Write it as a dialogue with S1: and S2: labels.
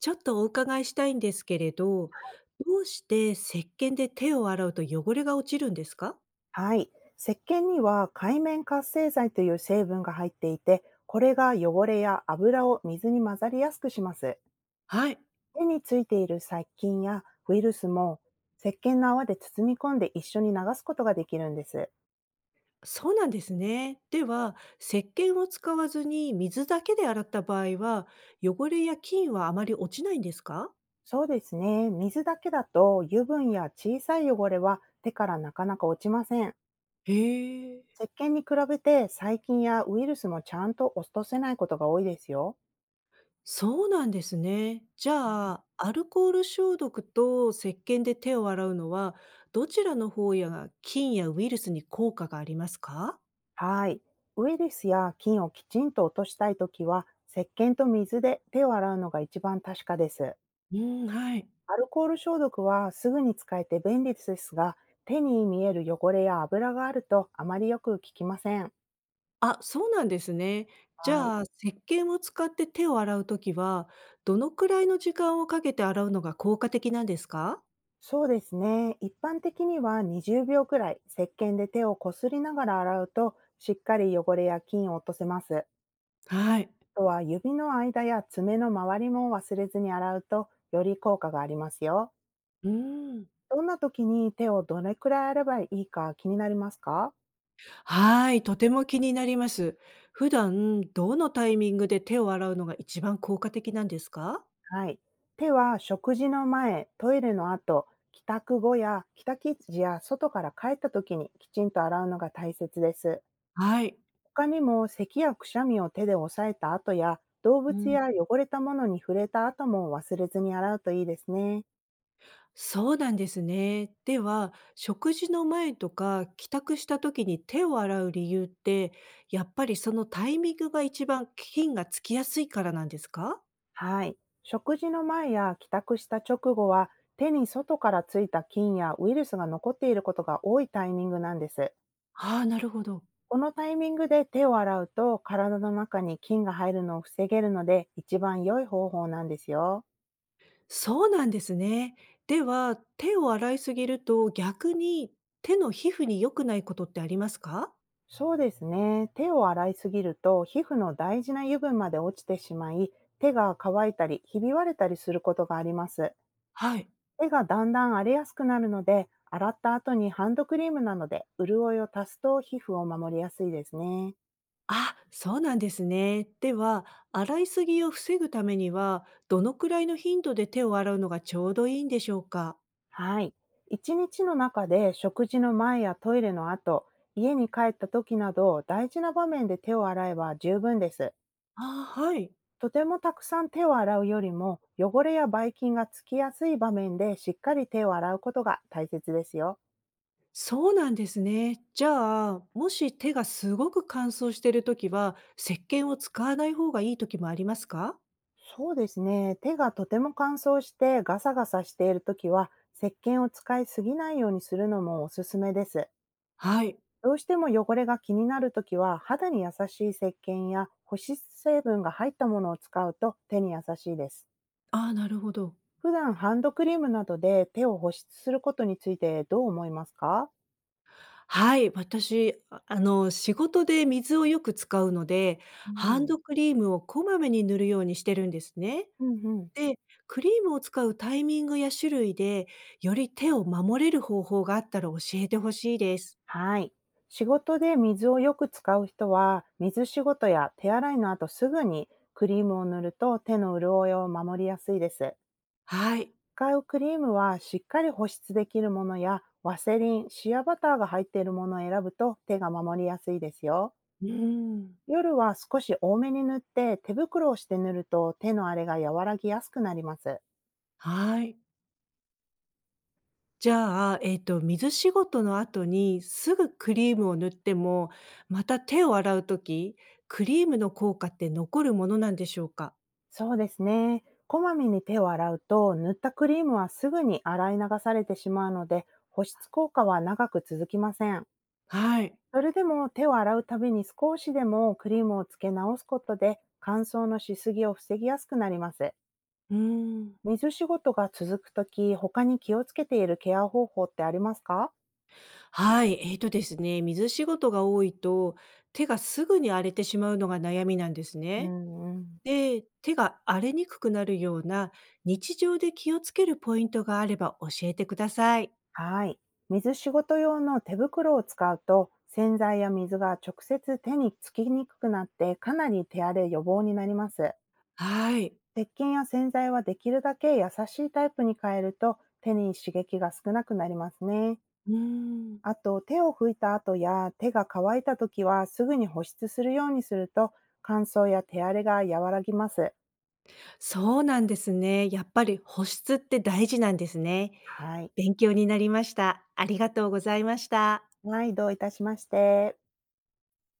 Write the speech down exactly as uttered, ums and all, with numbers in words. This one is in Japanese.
S1: ちょっとお伺いしたいんですけれど、どうして石鹸で手を洗うと汚れが落ちるんですか。
S2: はい。石鹸には界面活性剤という成分が入っていて、これが汚れや油を水に混ざりやすくします。
S1: はい。
S2: 手についている細菌やウイルスも石鹸の泡で包み込んで一緒に流すことができるんです。
S1: そうなんですね。では、石鹸を使わずに水だけで洗った場合は、汚れや菌はあまり落ちないんですか。
S2: そうですね。水だけだと油分や小さい汚れは手からなかなか落ちません。
S1: へえ。
S2: 石鹸に比べて細菌やウイルスもちゃんと落とせないことが多いですよ。
S1: そうなんですね。じゃあ、アルコール消毒と石鹸で手を洗うのは、どちらの方や菌やウイルスに効果がありますか。
S2: はい。ウイルスや菌をきちんと落としたいときは、石鹸と水で手を洗うのが一番確かです。
S1: うん、はい。
S2: アルコール消毒はすぐに使えて便利ですが、手に見える汚れや油があるとあまりよく効きません。
S1: あ、そうなんですね。じ
S2: はい。
S1: ゃあ、石鹸を使って手を洗うときは、どのくらいの時間をかけて洗うのが効果的なんですか？
S2: そうですね。一般的にはにじゅうびょうくらい石鹸で手をこすりながら洗うと、しっかり汚れや菌を落とせます。
S1: はい。
S2: あとは指の間や爪の周りも忘れずに洗うと、より効果がありますよ。
S1: うーん。
S2: どんな時に手をどれくらい洗えばいいか気になりますか？
S1: はい、とても気になります。普段、どのタイミングで手を洗うのが一番効果的なんですか？
S2: はい。手は食事の前、トイレの後、帰宅後や帰宅時や外から帰った時にきちんと洗うのが大切です。
S1: はい。
S2: 他にも咳やくしゃみを手で押さえた後や動
S1: う
S2: 物
S1: ん、
S2: や汚れたものに触れた後も忘れずに洗うといいですね。
S1: そうなんですね。では、食事の前とか帰宅した時に手を洗う理由って、やっぱりそのタイミングが一番菌がつきやすいからなんですか？
S2: はい。食事の前や帰宅した直後は手に外からついた菌やウイルスが残っていることが多いタイミングなんです。
S1: ああ、なるほど。
S2: このタイミングで手を洗うと、体の中に菌が入るのを防げるので、一番良い方法なんですよ。
S1: そうなんですね。では、手を洗いすぎると逆に手の皮膚に良くないことってありますか？
S2: そうですね。手を洗いすぎると、皮膚の大事な油分まで落ちてしまい、手が乾いたり、ひび割れたりすることがあります。
S1: はい。
S2: 手がだんだん荒れやすくなるので、洗った後にハンドクリームなどで潤いを足すと皮膚を守りやすいですね。
S1: あ、そうなんですね。では、洗いすぎを防ぐためには、どのくらいの頻度で手を洗うのがちょうどいいんでしょうか？
S2: はい。一日の中で食事の前やトイレの後、家に帰った時など大事な場面で手を洗えば十分です。
S1: ああ、はい。
S2: とてもたくさん手を洗うよりも汚れやばい菌がつきやすい場面でしっかり手を洗うことが大切ですよ。
S1: そうなんですね。じゃあ、もし手がすごく乾燥しているときは、石鹸を使わない方がいいときもありますか？
S2: そうですね。手がとても乾燥してガサガサしている時は、石鹸を使いすぎないようにするのもおすすめです。
S1: はい。
S2: どうしても汚れが気になるときは、肌に優しい石鹸や保湿成分が入ったものを使うと手に優しいです。
S1: ああ、なるほど。
S2: 普段ハンドクリームなどで手を保湿することについてどう思いますか？
S1: はい、私、ああの、仕事で水をよく使うので、
S2: う
S1: ハン
S2: ん。
S1: ドクリームをこまめに塗るようにしてるんですね。
S2: うんうん。
S1: で、クリームを使うタイミングや種類で、より手を守れる方法があったら教えてほしいです。
S2: はい。仕事で水をよく使う人は、水仕事や手洗いの後すぐにクリームを塗ると手の潤いを守りやすいです。
S1: はい。
S2: 使うクリームはしっかり保湿できるものやワセリン、シアバターが入っているものを選ぶと手が守りやすいですよ。
S1: うーん。
S2: 夜は少し多めに塗って手袋をして塗ると手の荒れが和らぎやすくなります。
S1: はい。じゃあ、えっと、水仕事の後にすぐクリームを塗っても、また手を洗うとき、クリームの効果って残るものなんでしょうか？
S2: そうですね。こまめに手を洗うと塗ったクリームはすぐに洗い流されてしまうので、保湿効果は長く続きません。
S1: はい。
S2: それでも手を洗うたびに少しでもクリームをつけ直すことで乾燥のしすぎを防ぎやすくなります。
S1: うーん。
S2: 水仕事が続くとき、他に気をつけているケア方法ってありますか？
S1: はい、えーとですね、水仕事が多いと、手がすぐに荒れてしまうのが悩みなんです
S2: う
S1: ね。
S2: んうん。
S1: で、手が荒れにくくなるような日常で気をつけるポイントがあれば教えてください。
S2: はい。水仕事用の手袋を使うと、洗剤や水が直接手につきにくくなって、かなり手荒れ予防になります。
S1: はい。
S2: 鉄筋や洗剤はできるだけ優しいタイプに変えると、手に刺激が少なくなりますね。
S1: うーん。
S2: あと、手を拭いた後や手が乾いた時は、すぐに保湿するようにすると、乾燥や手荒れが和らぎます。
S1: そうなんですね。やっぱり保湿って大事なんですね。
S2: はい。
S1: 勉強になりました。ありがとうございました。
S2: はい、どういたしまして。